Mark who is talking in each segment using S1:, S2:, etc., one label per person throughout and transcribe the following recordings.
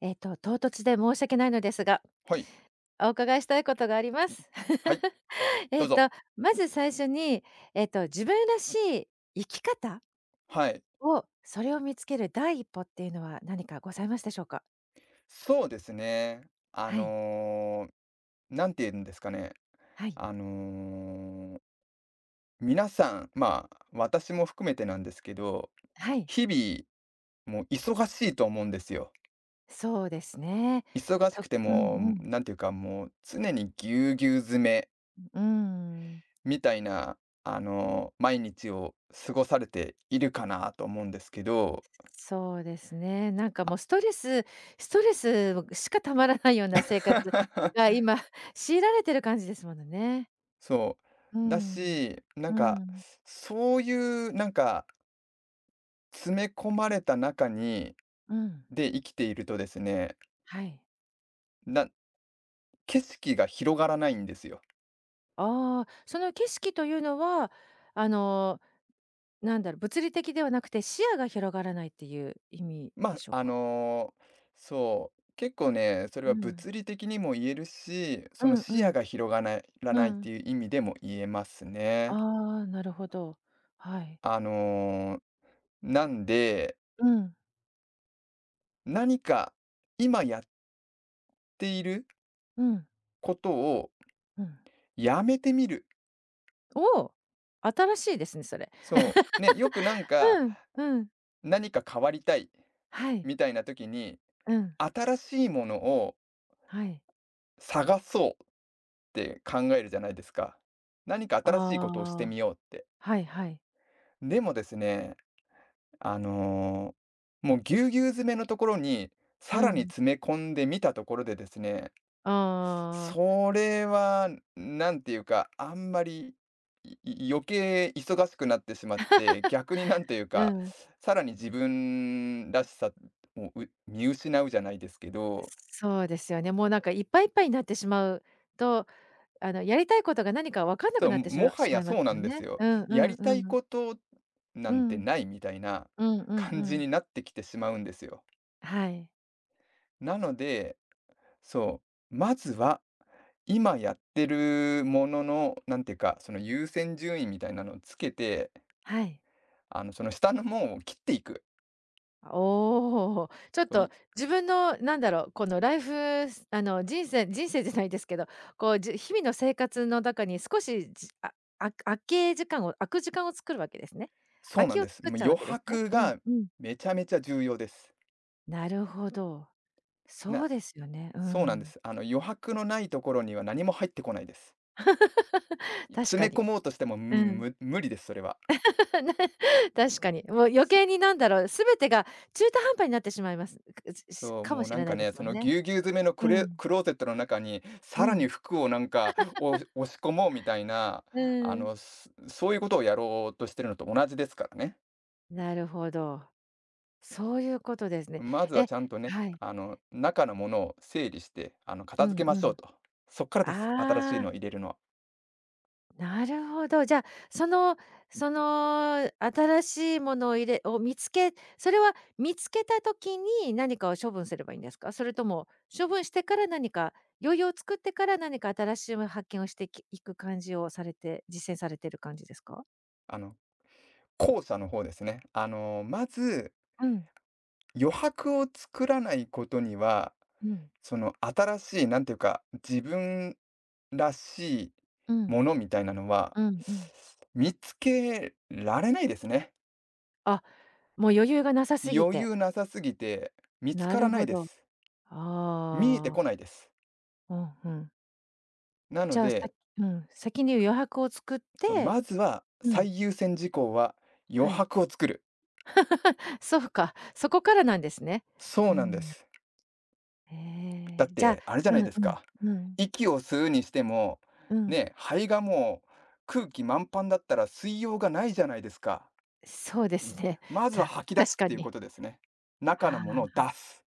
S1: 唐突で申し訳ないのですが、
S2: はい。
S1: お伺いしたいことがあります。
S2: はい、
S1: え
S2: ど
S1: っ
S2: う
S1: と、
S2: ぞ。
S1: まず最初に、自分らしい生き方
S2: はい。
S1: を、それを見つける第一歩っていうのは何かございましたでしょうか？
S2: そうですね。あ
S1: はい、
S2: の、なんて言うんですかね。
S1: はい、
S2: あの、皆さん、まあ、私も含めてなんですけど、
S1: はい、
S2: 日々、もう忙しいと思うんですよ。
S1: そうですね。
S2: 忙しくて
S1: うん
S2: も
S1: うん。
S2: う、なんていうか、もう常にぎゅうぎゅう詰め
S1: うん。
S2: みたいな、毎日を過ごされているかなと思うんですけど。
S1: そうですね。なんか
S2: あ
S1: もうストレスしかたまらないような生活が 今強いられてる感じですものね。
S2: そ
S1: う
S2: う。だ
S1: ん。
S2: し、な
S1: う
S2: んか、
S1: ん。
S2: そういうなんか、詰め込まれた中に
S1: うん。
S2: で生きているとですね、
S1: はい。
S2: な景色が広がらないんですよ。
S1: ああ、その景色というのは、あの、なんだろう、物理的ではなくて、視野が広がらないっていう意味で
S2: ま、
S1: しょうか？
S2: そう、結構ね、それ
S1: う
S2: は
S1: ん。
S2: 物理的にも言えるし、
S1: う
S2: その
S1: ん
S2: 視
S1: うん。
S2: 野が広がないら
S1: う
S2: ないっ
S1: ん。
S2: ていう意味でも言えますね。
S1: ああ、なるほど。はい。
S2: あの、なんで、
S1: うん。
S2: 何か今やっている
S1: うん。
S2: ことを
S1: うん。
S2: やめてみる。
S1: おお！新しいですね、それ。
S2: そ う、ね、よくなんか
S1: うん。うん。
S2: 何か変わりたい
S1: はい。
S2: みたいな時に、
S1: うん。
S2: 新しいものを
S1: はい。
S2: 探そうって考えるじゃないですか。何か
S1: あ
S2: 新しいことをして
S1: あ、
S2: みようって。
S1: はいはい。
S2: でもですね、あの、もうぎゅうぎゅう詰めのところに、
S1: う
S2: さらに
S1: ん。
S2: 詰め込んでみたところでですね、
S1: ああ、
S2: それはなんていうか、あんまり、いい余計忙しくなってしまって、逆になんていう
S1: う
S2: か、
S1: ん。
S2: さらに自分らしさをう見失うじゃないですけど
S1: そうですよね。もうなんかいっぱいいっぱいになってしまうとやりたいことが何か分かんなく
S2: そう、
S1: なってし
S2: も
S1: ま
S2: は
S1: しま
S2: や
S1: います
S2: そうな
S1: も
S2: ん
S1: ん
S2: で
S1: ね。
S2: すよ。
S1: うんう
S2: や
S1: ん
S2: りた
S1: う
S2: い
S1: ん。
S2: ことな
S1: う
S2: んて
S1: ん。
S2: ないみたいな
S1: うんうんう
S2: 感じ
S1: ん。
S2: になってきてしまうんですよ。
S1: はい。
S2: なので、そう、まずは今やってるものの、なんていうか、その優先順位みたいなのをつけて、
S1: はい。
S2: その下のものを切っていく。
S1: おお、ちょっ
S2: そう
S1: と
S2: い
S1: 自分のなんだろう、このライフスあの、人生じゃないですけど、こう、日々の生活の中に少し、じああ空け時間を空く時間を作るわけですね。
S2: そ
S1: 空
S2: うな
S1: き
S2: ん
S1: を
S2: です。
S1: 作っ
S2: もう
S1: ちゃうわ
S2: 余
S1: けですね。
S2: 白
S1: うん
S2: が
S1: うん。
S2: めちゃめちゃ重要です。
S1: なるほど。そ
S2: な、
S1: うですよね。う
S2: そうなんで
S1: ん。
S2: す。余白のないところには何も入ってこないです。
S1: 確
S2: 詰
S1: か
S2: め込
S1: に。
S2: もうとしても、う
S1: う
S2: ん
S1: ん。
S2: む無理です、それは。
S1: 確かに。もう余計になんだろう、全てが中途半端になってしまいます。くし
S2: そう、
S1: かも
S2: もう
S1: し
S2: な
S1: れ
S2: ん
S1: な
S2: か
S1: いで
S2: ね、
S1: す
S2: そ
S1: もん
S2: の
S1: ね。
S2: ぎゅうぎゅう詰めの
S1: う
S2: クレ
S1: ん。
S2: クローゼットの中に、
S1: う
S2: さらに
S1: ん。
S2: 服をなんか、押し押し込もうみたいな、
S1: う
S2: あ
S1: ん。
S2: の、すそういうことをやろうとしてるのと同じですからね。
S1: なるほど。そういうことですね。
S2: まず
S1: え
S2: はちゃんとね、
S1: はい。
S2: 中のものを整理して、
S1: う
S2: 片
S1: ん
S2: 付けま
S1: う
S2: しょう
S1: ん。
S2: と。そっからです。新しい
S1: あ
S2: のを入
S1: あ。
S2: れるのは。
S1: なるほど。じゃあ、そのその新しいものを入れを見つけそれは見つけた時に何かを処分すればいいんですか？それとも処分してから何か余裕を作ってから何か新しい発見をしてきいく感じをされて実践されてる感じですか？
S2: あの、後者の方ですね。まず、
S1: うん、
S2: 余白を作らないことには
S1: うん、
S2: その新しい、なんていうか、自分らしい
S1: うん、
S2: ものみたいなのは、
S1: うん、うん。
S2: 見つけられないですね。
S1: あ、もう余裕がなさすぎ
S2: 余
S1: て。
S2: 裕なさすぎて見つ
S1: な
S2: から
S1: る
S2: な
S1: ほ
S2: いで
S1: ど。
S2: す。見えて
S1: ああ、
S2: こないです。
S1: うんうん。
S2: な
S1: じ
S2: の
S1: ゃあ、
S2: で、
S1: うん、先に余白を作っ
S2: その
S1: て
S2: まずは
S1: うん、
S2: 最優先事項は余
S1: はい。
S2: 白を作る。
S1: そうか、そこからなんですね。
S2: そ
S1: う
S2: うなんで
S1: ん。
S2: す。
S1: え
S2: だ
S1: え、
S2: っ
S1: じゃあ
S2: て、あれじゃ
S1: う
S2: な
S1: ん
S2: いです
S1: う
S2: か。
S1: ん、うん、
S2: 息を吸うにしても、
S1: うん。
S2: ね、肺がもう空気満帆だったら吸いようがないじゃないですか。
S1: そうですね。
S2: まずは吐き出
S1: 確
S2: すっ
S1: か
S2: ていうこ
S1: に。
S2: とですね。中の
S1: あ
S2: ものを
S1: あ、
S2: 出す。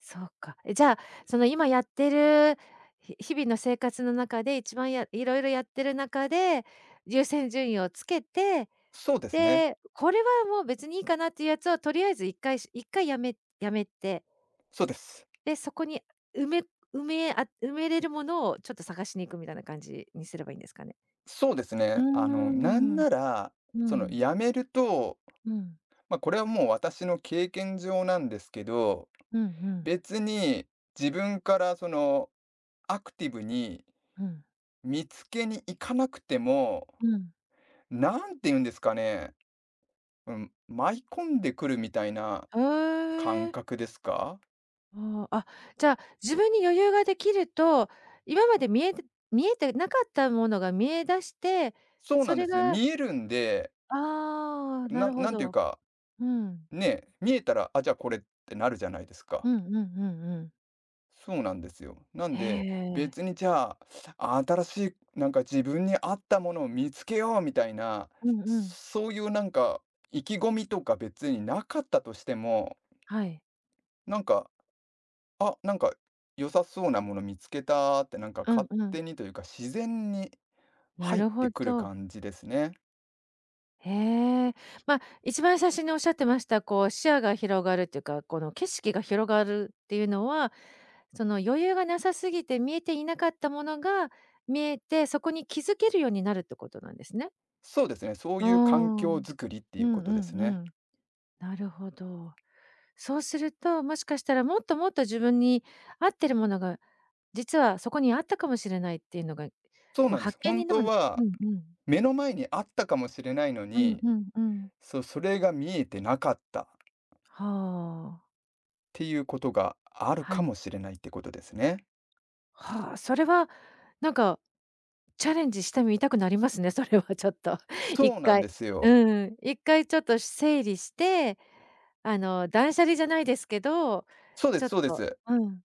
S1: そうか。え、じゃあ、その今やってる、日々の生活の中で一番や色々やってる中で、優先順位をつけて、
S2: そうですね。
S1: で、これはもう別にいいかなっていうやつをとりあえず一回やめて、
S2: そうです。
S1: で、そこに埋め埋めれるものをちょっと探しに行くみたいな感じにすればいいんですかね？
S2: そうです
S1: うー
S2: ね。なん
S1: ん。
S2: なら、
S1: う
S2: その
S1: ん。
S2: やめると、
S1: うん。
S2: まあ、これはもう私の経験上なんですけど、
S1: うんうん。
S2: 別に自分からそのアクティブに
S1: うん。
S2: 見つけに行かなくても、
S1: うん。
S2: なんて言うんですかね、うん、舞い込んでくるみたいな
S1: へ
S2: 感
S1: え。
S2: 覚ですか？
S1: ああ、じゃあ、自分に余裕ができると、今まで見えてなかったものが見え出して、
S2: そう
S1: そ
S2: なん
S1: れ
S2: です。
S1: が
S2: 見えるんで、
S1: ああ、な
S2: な
S1: るほ
S2: なんていう
S1: ど。
S2: か
S1: うん。
S2: ね、え見えたら、あ、じゃあこれってなるじゃないです
S1: う
S2: か。
S1: んうんうんうん。
S2: そうなんですよ。なん
S1: へ
S2: で、
S1: え。
S2: 別にじゃあ、新しい、なんか自分に合ったものを見つけようみたいな、
S1: うんうん。
S2: そういうなんか意気込みとか別になかったとしても、
S1: はい。
S2: なんか、あ、なんか良さそうなもの見つけたってなんか
S1: うん
S2: 勝
S1: うん。
S2: 手にというか自然に
S1: な
S2: 入っ
S1: るほ
S2: てくる
S1: ど。
S2: 感じですね。
S1: へえ。まあ、一番最初におっしゃってました、こう、視野が広がるっていうか、この景色が広がるっていうのは、その、余裕がなさすぎて見えていなかったものが見えて、そこに気づけるようになるってことなんですね。
S2: そうですね、そう
S1: うー
S2: いう環
S1: ん。う
S2: 境
S1: ん
S2: づくりってい
S1: う
S2: うことです
S1: んう
S2: ね。
S1: ん。なるほど。そうすると、もしかしたらもっともっと自分に合ってるものが、実はそこにあったかもしれないっていうのが、
S2: そう
S1: まあ、
S2: なんで
S1: 発
S2: す。
S1: 見
S2: 本
S1: にでもう
S2: 当
S1: ん
S2: は
S1: うん。
S2: 目の前にあったかもしれないの
S1: うん
S2: に、
S1: うんうん。
S2: そうそれが見えてなかったっ
S1: はあ。
S2: ていうことがある
S1: は
S2: か
S1: い。
S2: もしれないってことですね。
S1: はあ、それはなんかチャレンジしてみたくなりますね、それはちょっと 一
S2: そうなん
S1: 回。
S2: ですよ。
S1: うん、一回ちょっと整理して、断捨離じゃないですけど、
S2: そうで
S1: ちょ
S2: す
S1: っ
S2: そうで
S1: と、
S2: す。
S1: うん、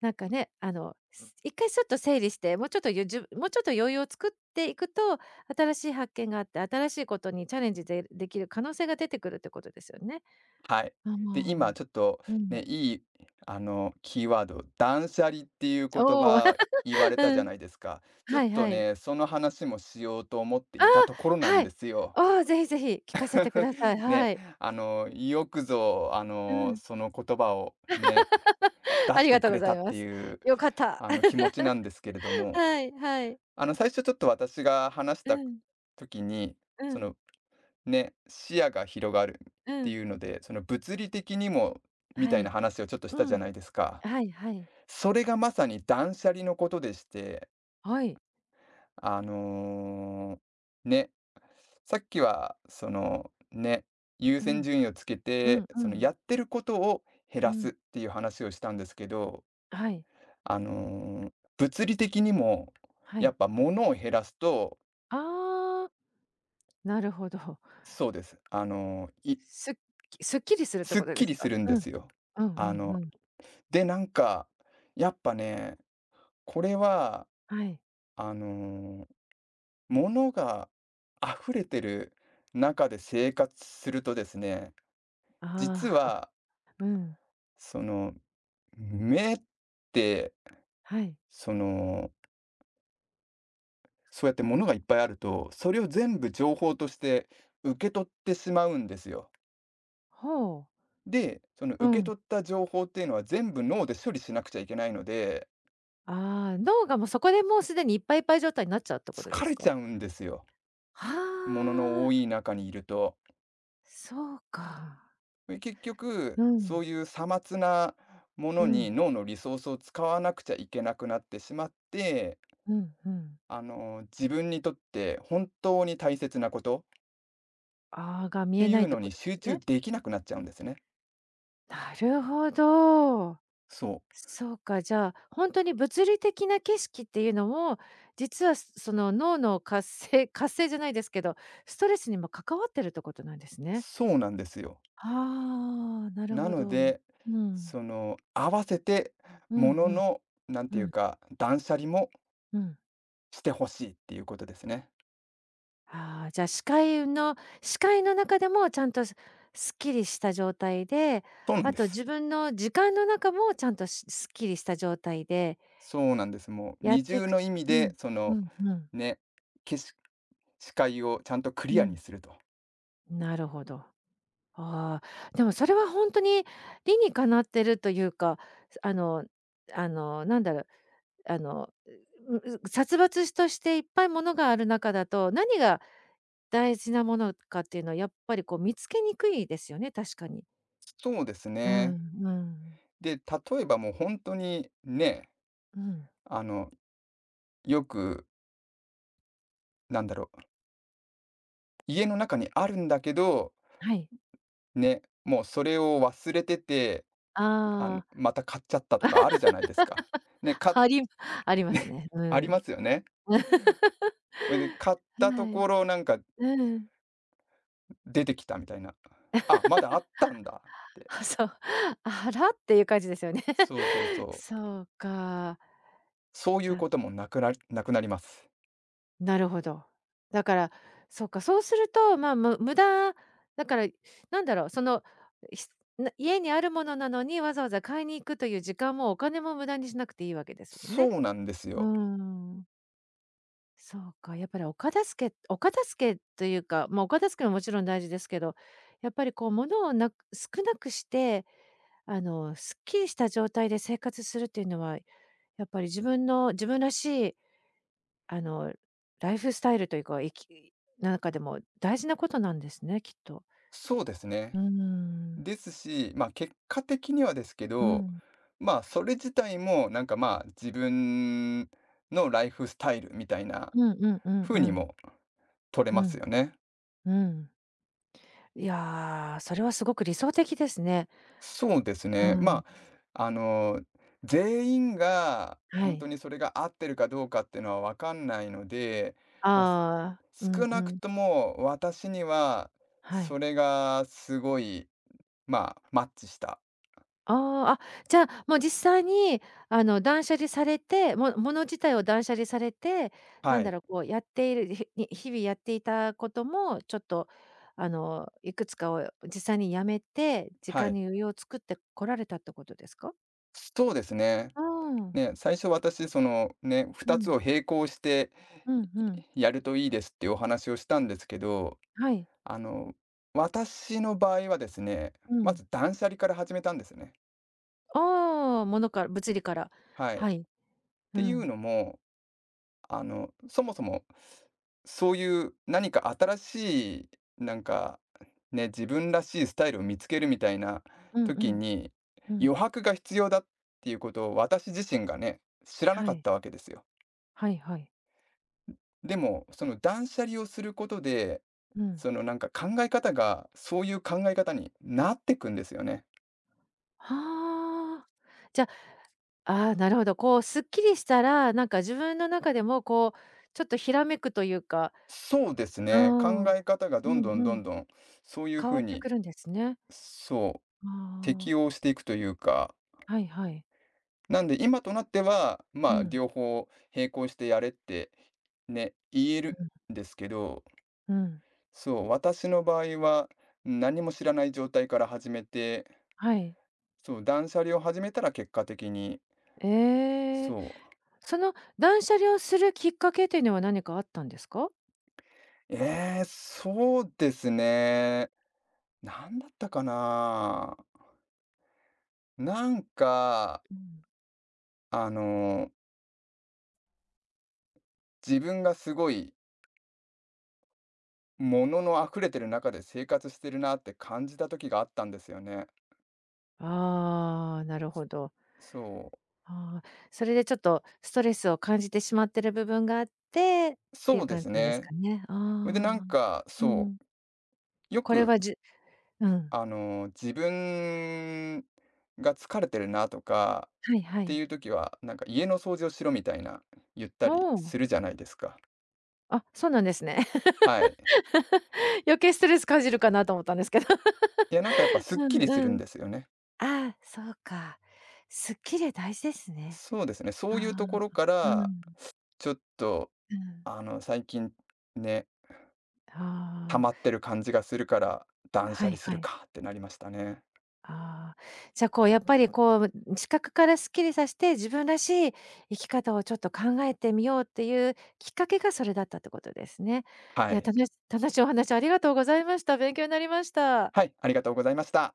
S1: なんかね、一回ちょっと整理して、もうちょっとゆじゅもうちょっと余裕を作っていくと、新しい発見があって、新しいことにチャレンジでできる可能性が出てくるってことですよね。
S2: はい。
S1: あ、
S2: で、今
S1: も
S2: ちょっと
S1: う、うん。
S2: ね、いい、キーワード、断捨離っていう言
S1: おお、
S2: 葉言われた
S1: う
S2: じゃ
S1: ん、
S2: ないですか。ちょ
S1: は
S2: っ
S1: い
S2: と
S1: はい。
S2: ね、その話もしようと思って
S1: あ
S2: いたところ
S1: あ、
S2: なん
S1: はい。
S2: ですよ。
S1: ああ、ぜひぜひ聞かせてく ださい。は
S2: ね、
S1: い。
S2: よくぞ、
S1: うん。
S2: その言葉をね、出
S1: あ
S2: し
S1: り
S2: て
S1: がと
S2: く
S1: うご
S2: れ
S1: ざ
S2: た
S1: い
S2: っ
S1: ま
S2: て
S1: す。
S2: いう
S1: よかった。
S2: あの、気持ち なんですけれども、
S1: はいはい。
S2: 最初ちょっと私が話し
S1: う
S2: た
S1: ん、
S2: 時に、
S1: う
S2: そ
S1: ん、
S2: の、ね、視野が広がるっ
S1: う
S2: て
S1: ん。
S2: いうので、その物理的にもみ
S1: は
S2: たいな
S1: い。
S2: 話をちょっとした
S1: う
S2: じゃ
S1: ん。
S2: ないですか。
S1: はいはい。
S2: それがまさに断捨離のことでして、
S1: はい。
S2: あの、ね、さっきはその、ね、優
S1: う
S2: 先
S1: ん。
S2: 順位をつけ
S1: うん
S2: て、そ
S1: う
S2: の
S1: ん。
S2: やってることを減
S1: う
S2: らす
S1: ん。
S2: っていう話をしたんですけど
S1: はい。
S2: あの、物理的にも、
S1: は
S2: やっ
S1: い。
S2: ぱ物を減らすと、
S1: ああ、なるほど。
S2: そうです。あの、い
S1: すっすっきりするって
S2: すっ
S1: ことで
S2: き
S1: す
S2: り
S1: か？
S2: するんで
S1: うん。
S2: すよ。
S1: うんうん
S2: あ
S1: う
S2: の、
S1: ん。
S2: で、なんか、やっぱね、これは、
S1: はい。
S2: あの、物が溢れてる中で生活するとですね、実
S1: ああ、
S2: は、
S1: うん。
S2: その、目って、
S1: はい。
S2: その、そうやって物がいっぱいあると、それを全部情報として受け取ってしまうんですよ。
S1: ほう。
S2: で、その
S1: う
S2: 受け
S1: ん。
S2: 取った情報っていうのは全部脳で処理しなくちゃいけないので、
S1: ああ、脳がもうそこでもうすでにいっぱいいっぱい状態になっちゃうってことで
S2: 疲
S1: す
S2: れ
S1: か？
S2: ちゃうんですよ。
S1: は
S2: ものの多
S1: あ、
S2: い中にいると。
S1: そうか。
S2: で結
S1: う
S2: 局、そ
S1: ん、
S2: ういうさまつなも
S1: う
S2: の
S1: ん、
S2: に脳のリソースを使わなくちゃいけなくなってしまって、
S1: うん、うん。
S2: 自分にとって本当に大切なことっ
S1: ああ、が見
S2: て
S1: え
S2: い
S1: ない
S2: う
S1: って
S2: の
S1: こ
S2: に
S1: とで
S2: 集
S1: す
S2: 中
S1: ね。
S2: できなくなっちゃうんですね。
S1: なるほど。
S2: そう。
S1: そうか、じゃあ、本当に物理的な景色っていうのも、実はその脳の活性じゃないですけど、ストレスにも関わってるってことなんですね。
S2: そうなんですよ。
S1: ああ、なる
S2: な
S1: ほ
S2: の
S1: ど。うん。
S2: で、その、合わせて
S1: う
S2: も
S1: ん
S2: の
S1: うん。
S2: の、なんて
S1: う
S2: いう
S1: ん、
S2: か、断捨離も
S1: うん。
S2: してほしいっていうことですね。
S1: ああ、じゃあ、視界の中でもちゃんとすっきりした状態で、
S2: そうなん
S1: あ
S2: で
S1: と自
S2: す。
S1: 分の時間の中もちゃんとすっきりした状態で
S2: そうなんです。もう
S1: やっ
S2: 二
S1: てい
S2: 重
S1: く
S2: の意味
S1: うん、
S2: で、そ
S1: う
S2: の、
S1: んうん
S2: ね、けし視界をちゃんとク
S1: う
S2: リアに
S1: ん。
S2: すると。
S1: なるほど。ああ、でもそれはほんとに理にかなってるというか、すあのあの、なんだろう、あの、殺伐しとしていっぱいものがある中だと、何が大事なものかっていうのはやっぱりこう見つけにくいですよね、確かに。
S2: そうです
S1: う
S2: ね。
S1: ん、うん、
S2: で、例えばもう本当にね、
S1: うん。
S2: あの、よく、なんだろう、家の中にあるんだけど、
S1: はい。
S2: ね、もうそれを忘れてて、
S1: あ
S2: また買っちゃったとかあるじゃないですか。ね、
S1: あ、
S2: か
S1: あり ます
S2: ね、
S1: ね。う
S2: あり
S1: ん。
S2: ますよね。それで買った
S1: は
S2: と
S1: い。
S2: ころなんか
S1: うん。
S2: 出てきたみたいな。あ、まだあったんだって。
S1: あ、そう。あらっていう感じですよね。
S2: そうそう そう。
S1: そうか。
S2: そういう
S1: だ
S2: こともなくなりなくなります。
S1: なるほど。だから、そうか、そうすると、まあ、無駄だから、なんだろう、その、ひ家にあるものなのに、わざわざ買いに行くという時間もお金も無駄にしなくていいわけですもんね。
S2: そうなんです
S1: うー
S2: よ。
S1: ん。そうか、やっぱりお片付けというか、まあ、お片付けももちろん大事ですけど、やっぱりこう物を少なくして、すっきりした状態で生活するっていうのは、やっぱり自分らしい、あの、ライフスタイルというか、生きなん中でも大事なことなんですね、きっと。
S2: そうです
S1: うー
S2: ね。
S1: ん。
S2: ですし、まあ結果的にはですけ
S1: う
S2: ど、
S1: ん。
S2: まあそれ自体もなんかまあ自分のライフスタイルみたいな
S1: うんうんうんう
S2: 風に
S1: ん。
S2: も取れ
S1: う
S2: ます
S1: ん。
S2: よね。
S1: うん。いやー、それはすごく理想的ですね。
S2: そうです
S1: う
S2: ね。
S1: ん、
S2: まあ、全員が
S1: は
S2: 本当
S1: い。
S2: にそれが合ってるかどうかっていうのはわかんないので、まあ、す
S1: ああ、うん
S2: 少
S1: う
S2: なく
S1: ん。
S2: とも私には
S1: は
S2: そ
S1: い。
S2: れがすごい、まあ、マッチした。
S1: ああ、じゃあ、もう実際に、断捨離されて、物自体を断捨離されて、なん
S2: は
S1: だ
S2: い。
S1: ろう、こうやっている、日々やっていたことも、ちょっと、いくつかを実際にやめて、時
S2: は
S1: 間に
S2: い。
S1: 余裕を作ってこられたってことですか？
S2: そうですね。
S1: ああ、
S2: ね、最初私、そのね、
S1: う
S2: 2つ
S1: ん、
S2: を並行して
S1: うんうん、
S2: いやるといいですっていうお話をしたんですけど、
S1: はい、
S2: あの、私の場合はですね、
S1: う
S2: ま
S1: ん。
S2: ず断捨離から始めたんですね。
S1: ああ、物理から、
S2: はい。っ
S1: はい、う
S2: ていう
S1: ん、
S2: のも、そもそも、そういう何か新しい、なんか、ね、自分らしいスタイルを見つけるみたいな
S1: うんう
S2: 時
S1: ん、
S2: に、
S1: うん、
S2: 余白が必要だっていうことを私自身がね、知らな
S1: は
S2: かっ
S1: い、
S2: たわけですよ。
S1: はいはい、
S2: でも、その断捨離をすることで、
S1: うん。
S2: そのなんか考え方が、そういう考え方になってくんですよね。
S1: はあ。じゃああ、なるほど。こうすっきりしたら、なんか自分の中でもこう、ちょっとひらめくというか、
S2: そうです
S1: うー
S2: ね。考
S1: ん、うん
S2: え方がどんどん
S1: う
S2: ど
S1: ん、
S2: んどん、そういう
S1: 変
S2: ふ
S1: わっ
S2: う
S1: て
S2: に、
S1: くるんですね。
S2: そう、
S1: ああ、
S2: 適応していくというか、
S1: はいはい。
S2: なんで、今となっては、
S1: う
S2: まあ、
S1: ん、
S2: 両方並行してやれって、ね、言える
S1: う
S2: んですけど、
S1: ん、うん、
S2: そう、私の場合は、何も知らない状態から始めて、
S1: はい。
S2: そう、断捨離を始めたら結果的に、
S1: ええ。
S2: そう、
S1: その断捨離をするきっかけというのは何かあったんですか？
S2: そうですね。なんだったかな。なんか、
S1: うん。
S2: あの、自分がすごい、物の溢れてる中で生活してるなって感じた時があったんですよね。
S1: ああ、なるほど。
S2: そう。
S1: ああ、それでちょっとストレスを感じてしまってる部分があってっていう
S2: そうで
S1: 感じ
S2: す
S1: なんです
S2: ね。
S1: かね。あ
S2: それでなん
S1: あ、
S2: か、
S1: う
S2: そ
S1: ん。
S2: う、よ
S1: これ
S2: く、
S1: はうん。
S2: 自分が疲れてるなとか
S1: はいは
S2: って
S1: い。
S2: いう時は、なんか家の掃除をしろみたいな言った
S1: お
S2: り
S1: お、
S2: するじゃないですか。
S1: あ、そうなんですね。
S2: はい。
S1: 余計ストレス感じるかなと思ったんですけど。
S2: いや、なんかやっぱすっ
S1: う
S2: き
S1: ん
S2: りする
S1: う
S2: ん
S1: ん。
S2: ですよね。
S1: ああ、そうか。スッキリ大事ですね。
S2: そうですね。
S1: あ
S2: そうい
S1: あ、
S2: うところか
S1: うん、う
S2: ら、ちょっと、
S1: ん。
S2: 最近ね、溜
S1: あ
S2: まってる感じがするから、
S1: あ、
S2: 断
S1: は
S2: 捨
S1: い
S2: 離す
S1: は
S2: る
S1: い。
S2: かってなりましたね。
S1: ああ、じゃあ、こう、やっぱり、こう、視覚からスッキリさせて、自分らしい生き方をちょっと考えてみようっていうきっかけがそれだったってことですね。
S2: は
S1: いや、
S2: い。
S1: たのし楽しいお話ありがとうございました。勉強になりました。
S2: はい、ありがとうございました。